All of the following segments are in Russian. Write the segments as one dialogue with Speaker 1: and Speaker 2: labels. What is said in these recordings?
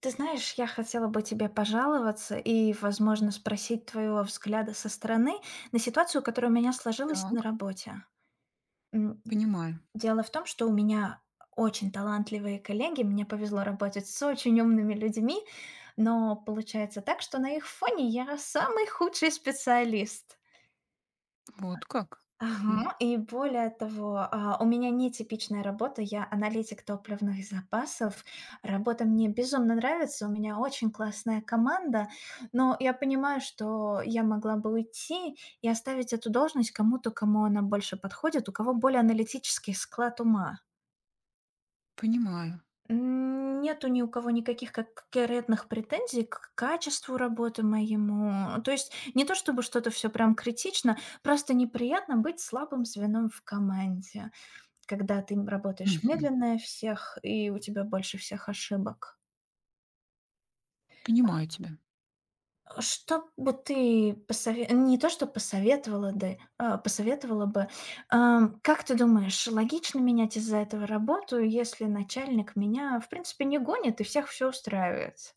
Speaker 1: Ты знаешь, я хотела бы тебе пожаловаться и, возможно, спросить твоего взгляда со стороны на ситуацию, которая у меня сложилась
Speaker 2: Так,
Speaker 1: на работе. М,
Speaker 2: понимаю.
Speaker 1: Дело в том, что у меня очень талантливые коллеги, мне повезло работать с очень умными людьми, но получается так, что на их фоне я самый худший специалист.
Speaker 2: Вот как. М,
Speaker 1: Ага, и более того, у меня нетипичная работа. Я аналитик топливных запасов. Работа мне безумно нравится, у меня очень классная команда, но я понимаю, что я могла бы уйти и оставить эту должность кому-то, кому она больше подходит, у кого более аналитический склад ума.
Speaker 2: понимаю.
Speaker 1: Нету ни у кого никаких конкретных претензий к качеству работы моему. То есть не то чтобы что-то все прям критично, просто неприятно быть слабым звеном в команде, когда ты работаешь
Speaker 2: Мгм.
Speaker 1: медленнее всех и у тебя больше всех ошибок.
Speaker 2: Понимаю тебя.
Speaker 1: Что бы ты не то что посоветовала, да, посоветовала бы, как ты думаешь, логично менять из-за этого работу, если начальник меня, в принципе, не гонит и всех все устраивает?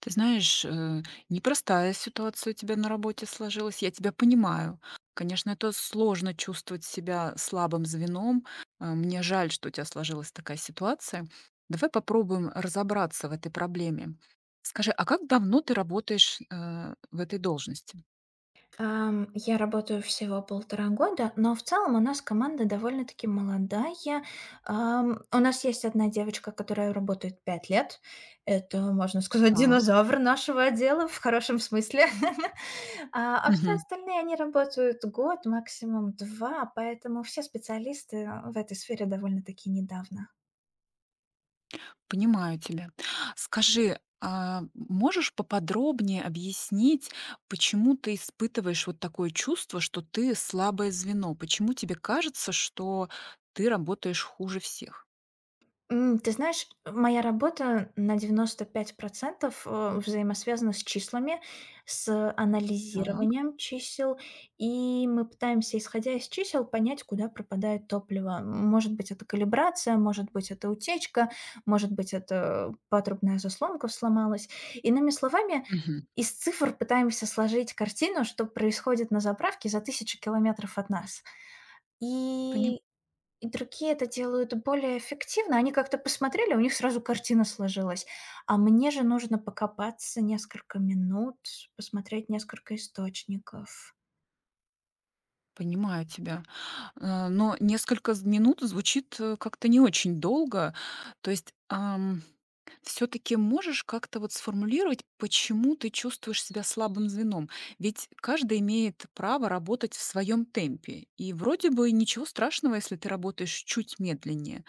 Speaker 2: Ты знаешь, непростая ситуация у тебя на работе сложилась, я тебя понимаю. Конечно, это сложно чувствовать себя слабым звеном. Мне жаль, что у тебя сложилась такая ситуация. Давай попробуем разобраться в этой проблеме. Скажи, а как давно ты работаешь, в этой должности?
Speaker 1: Я работаю всего 1,5 года, но в целом у нас команда довольно-таки молодая. У нас есть одна девочка, которая работает 5 лет. Это, можно сказать,
Speaker 2: Так.
Speaker 1: динозавр нашего отдела в хорошем смысле. А все остальные, они работают год, максимум 2, поэтому все специалисты, в этой сфере довольно-таки недавно.
Speaker 2: Понимаю тебя. Скажи, а можешь поподробнее объяснить, почему ты испытываешь вот такое чувство, что ты слабое звено? Почему тебе кажется, что ты работаешь хуже всех?
Speaker 1: Ты знаешь, моя работа на 95 взаимосвязана с числами, с
Speaker 2: Так.
Speaker 1: анализированием чисел, и мы пытаемся, исходя из чисел, понять, куда пропадает топливо. Может быть, это калибрация, может быть, это утечка, может быть, это патрубная заслонка сломалась. Иными словами,
Speaker 2: Мгм.
Speaker 1: из цифр пытаемся сложить картину, что происходит на заправке за тысячу километров от нас.
Speaker 2: Пони-
Speaker 1: И и другие это делают более эффективно. Они как-то посмотрели, у них сразу картина сложилась. А мне же нужно покопаться несколько минут, посмотреть несколько источников.
Speaker 2: Понимаю тебя. Но несколько минут звучит как-то не очень долго. То есть все таки можешь как-то вот сформулировать, почему ты чувствуешь себя слабым звеном? Ведь каждый имеет право работать в своем темпе. И вроде бы ничего страшного, если ты работаешь чуть медленнее.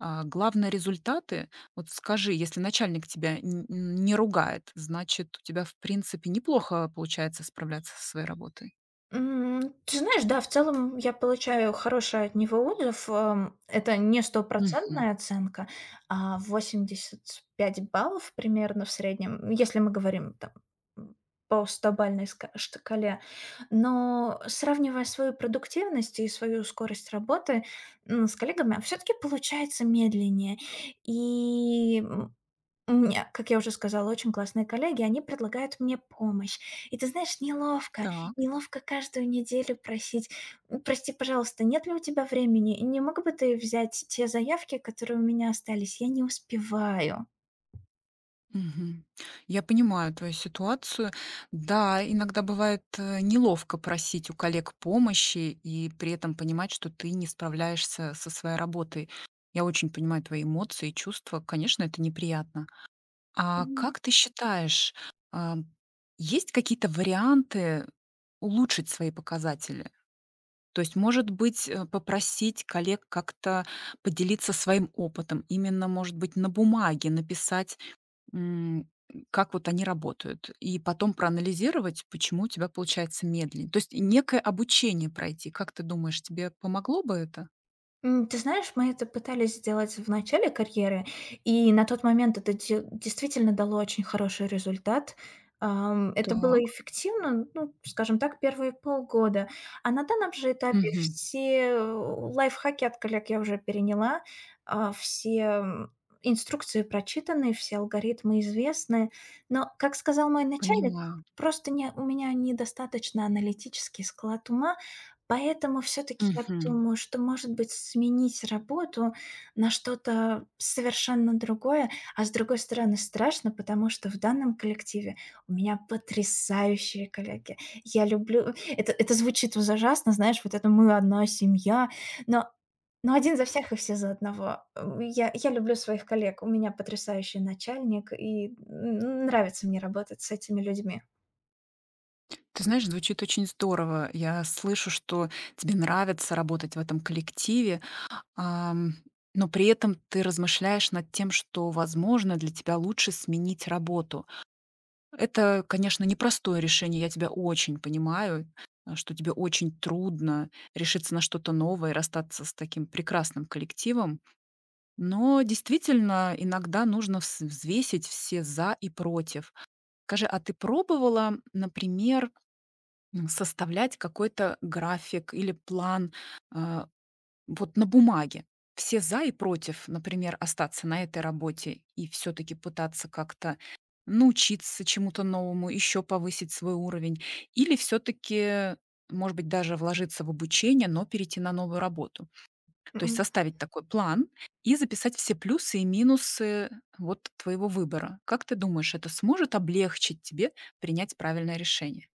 Speaker 2: Главное результаты. Вот скажи, если начальник тебя не ругает, значит, у тебя, в принципе, неплохо получается справляться со своей работой.
Speaker 1: Ты знаешь, да, в целом я получаю хороший от него отзыв. Это не
Speaker 2: Мгм.
Speaker 1: стопроцентная оценка, а 85 баллов примерно в среднем, если мы говорим там м, по стобальной шкале. Но сравнивая свою продуктивность и свою скорость работы с коллегами, все-таки получается медленнее. И у меня, как я уже сказала, очень классные коллеги, они предлагают мне помощь. И ты знаешь, неловко,
Speaker 2: Так.
Speaker 1: неловко каждую неделю просить: Прости, пожалуйста, нет ли у тебя времени? Не мог бы ты взять те заявки, которые у меня остались? Я не успеваю".
Speaker 2: Мгм. Я понимаю твою ситуацию. Да, иногда бывает неловко просить у коллег помощи и при этом понимать, что ты не справляешься со своей работой. Я очень понимаю твои эмоции и чувства. Конечно, это неприятно. А как ты считаешь, а, есть какие-то варианты улучшить свои показатели? То есть, может быть, попросить коллег как-то поделиться своим опытом, именно, может быть, на бумаге написать, М, как вот они работают. И потом проанализировать, почему у тебя получается медленнее. То есть и некое обучение пройти. Как ты думаешь, тебе помогло бы это?
Speaker 1: Ты знаешь, мы это пытались сделать в начале карьеры, и на тот момент это де действительно дало очень хороший результат. Это
Speaker 2: Так.
Speaker 1: было эффективно, ну, скажем так, первые полгода. А на данном же этапе
Speaker 2: Мгм.
Speaker 1: все лайфхаки от коллег я уже переняла, все инструкции прочитаны, все алгоритмы известны. Но, как сказал мой начальник,
Speaker 2: Понимаю.
Speaker 1: просто не у меня недостаточно аналитический склад ума. Поэтому все таки я
Speaker 2: Мгм.
Speaker 1: думаю, что, может быть, сменить работу на что-то совершенно другое. А с другой стороны, страшно, потому что в данном коллективе у меня потрясающие коллеги. Я люблю. Это звучит ужасно, знаешь, вот это «мы одна семья», но но один за всех и все за одного. Я люблю своих коллег, у меня потрясающий начальник, и н нравится мне работать с этими людьми.
Speaker 2: Ты знаешь, звучит очень здорово. Я слышу, что тебе нравится работать в этом коллективе, ам, но при этом ты размышляешь над тем, что, возможно, для тебя лучше сменить работу. Это, конечно, непростое решение. Я тебя очень понимаю, что тебе очень трудно решиться на что-то новое и расстаться с таким прекрасным коллективом. Но действительно, иногда нужно взвесить все «за» и «против». Скажи, а ты пробовала, например, составлять какой-то график или план, э, вот на бумаге все за и против, например, остаться на этой работе и все-таки пытаться как-то научиться чему-то новому, еще повысить свой уровень, или все-таки, может быть, даже вложиться в обучение, но перейти на новую работу. То есть
Speaker 1: М-м.
Speaker 2: составить такой план и записать все плюсы и минусы вот твоего выбора. Как ты думаешь, это сможет облегчить тебе принять правильное решение?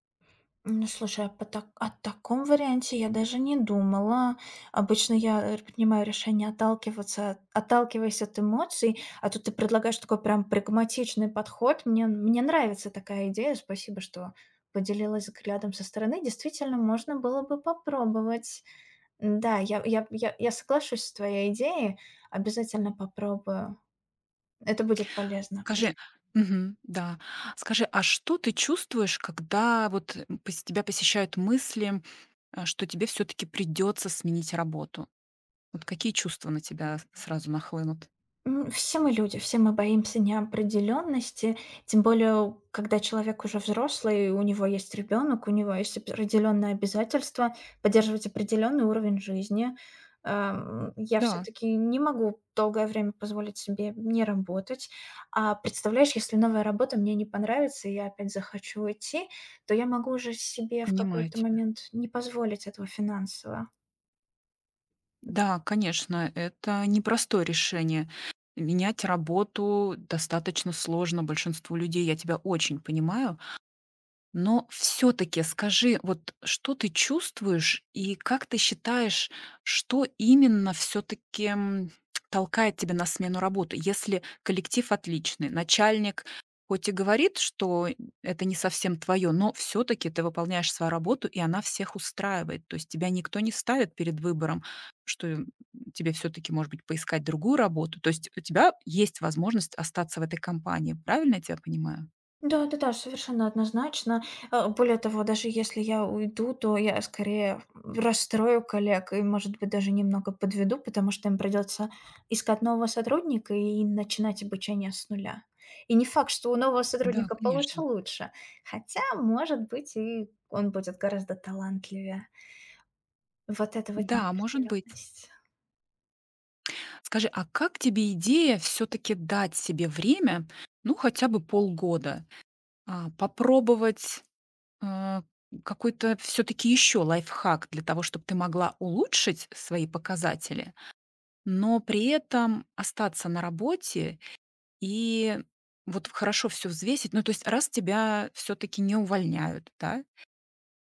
Speaker 1: Ну, слушай, а по так о таком варианте я даже не думала. Обычно я р принимаю решение отталкиваться от отталкиваясь от эмоций, а тут ты предлагаешь такой прям прагматичный подход. Мне нравится такая идея. Спасибо, что поделилась взглядом со стороны. Действительно, можно было бы попробовать. Да, я соглашусь с твоей идеей, обязательно попробую. Это будет полезно.
Speaker 2: Скажи мгм, да. Скажи, а что ты чувствуешь, когда вот, э, пос тебя посещают мысли, что тебе все таки придется сменить работу? Вот какие чувства на тебя с сразу нахлынут?
Speaker 1: Все мы люди, все мы боимся неопределенности, тем более, когда человек уже взрослый, у него есть ребенок, у него есть определенные обязательства поддерживать определенный уровень жизни. Я
Speaker 2: Да,
Speaker 1: все-таки не могу долгое время позволить себе не работать. А представляешь, если новая работа мне не понравится, и я опять захочу уйти, то я могу уже себе в
Speaker 2: понимаю
Speaker 1: какой-то
Speaker 2: тебя.
Speaker 1: момент не позволить этого финансово.
Speaker 2: Да, конечно, это непростое решение. Менять работу достаточно сложно большинству людей. Я тебя очень понимаю. Но все таки скажи, вот что ты чувствуешь и как ты считаешь, что именно все таки толкает тебя на смену работы? Если коллектив отличный, начальник хоть и говорит, что это не совсем твое, но все таки ты выполняешь свою работу, и она всех устраивает. То есть тебя никто не ставит перед выбором, что, тебе все таки может быть, поискать другую работу. То есть у тебя есть возможность остаться в этой компании. Правильно я тебя понимаю?
Speaker 1: Да-да-да, совершенно однозначно. А, более того, даже если я уйду, то я скорее расстрою коллег и, может быть, даже немного подведу, потому что им придется искать нового сотрудника и начинать обучение с нуля. И не факт, что у нового
Speaker 2: Да,
Speaker 1: сотрудника получше
Speaker 2: конечно.
Speaker 1: лучше, хотя, может быть, и он будет гораздо талантливее. Вот это вот
Speaker 2: Да, может быть.
Speaker 1: неопределенность.
Speaker 2: Скажи, а как тебе идея все-таки дать себе время, ну хотя бы полгода, попробовать э, какой-то все-таки еще лайфхак для того, чтобы ты могла улучшить свои показатели, но при этом остаться на работе и вот хорошо все взвесить. Ну, то есть, раз тебя все-таки не увольняют, да,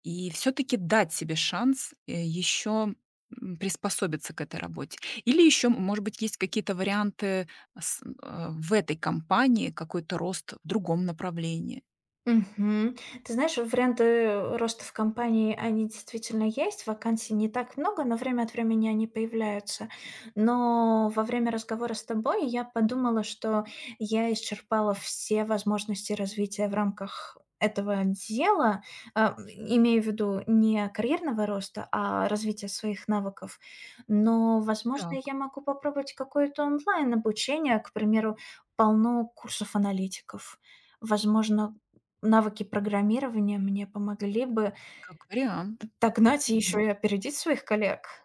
Speaker 2: и все таки дать себе шанс, еще, приспособиться к этой работе. Или еще, может быть, есть какие-то варианты с в этой компании, какой-то рост в другом направлении.
Speaker 1: Мгм. Ты знаешь, варианты роста в компании, они действительно есть. Вакансий не так много, но время от времени они появляются. Но во время разговора с тобой я подумала, что я исчерпала все возможности развития в рамках этого дела, имею в виду не карьерного роста, а развития своих навыков. Но, возможно,
Speaker 2: Так,
Speaker 1: я могу попробовать какое-то онлайн-обучение, к примеру, полно курсов аналитиков. Возможно, навыки программирования мне помогли бы
Speaker 2: как вариант.
Speaker 1: догнать и еще и опередить своих коллег.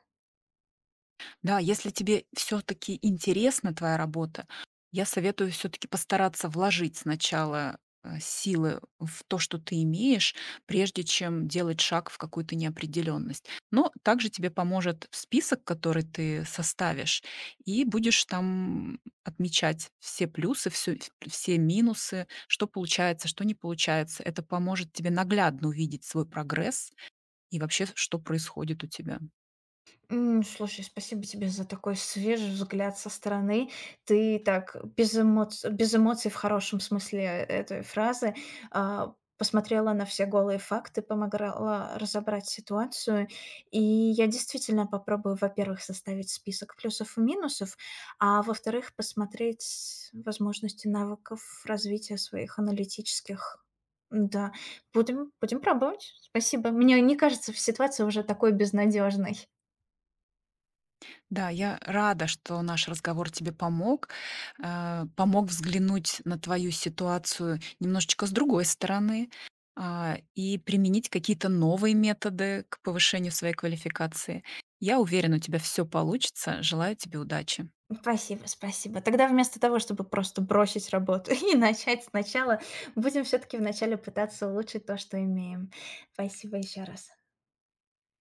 Speaker 2: Да, если тебе все-таки интересна твоя работа, я советую все-таки постараться вложить сначала силы в то, что ты имеешь, прежде чем делать шаг в какую-то неопределенность. Но также тебе поможет список, который ты составишь, и будешь там отмечать все плюсы, все минусы, что получается, что не получается. Это поможет тебе наглядно увидеть свой прогресс и вообще, что происходит у тебя.
Speaker 1: Слушай, спасибо тебе за такой свежий взгляд со стороны. Ты так без эмоций, без эмоций в хорошем смысле этой фразы посмотрела на все голые факты, помогла разобрать ситуацию. И я действительно попробую, во-первых, составить список плюсов и минусов, а во-вторых, посмотреть возможности навыков развития своих аналитических. Да, будем, будем пробовать. Спасибо. Мне не кажется в ситуации уже такой безнадежной.
Speaker 2: Да, я рада, что наш разговор тебе помог, помог взглянуть на твою ситуацию немножечко с другой стороны, и применить какие-то новые методы к повышению своей квалификации. Я уверена, у тебя все получится. Желаю тебе удачи.
Speaker 1: Спасибо, спасибо. Тогда вместо того, чтобы просто бросить работу и начать сначала, будем все-таки вначале пытаться улучшить то, что имеем. Спасибо еще раз.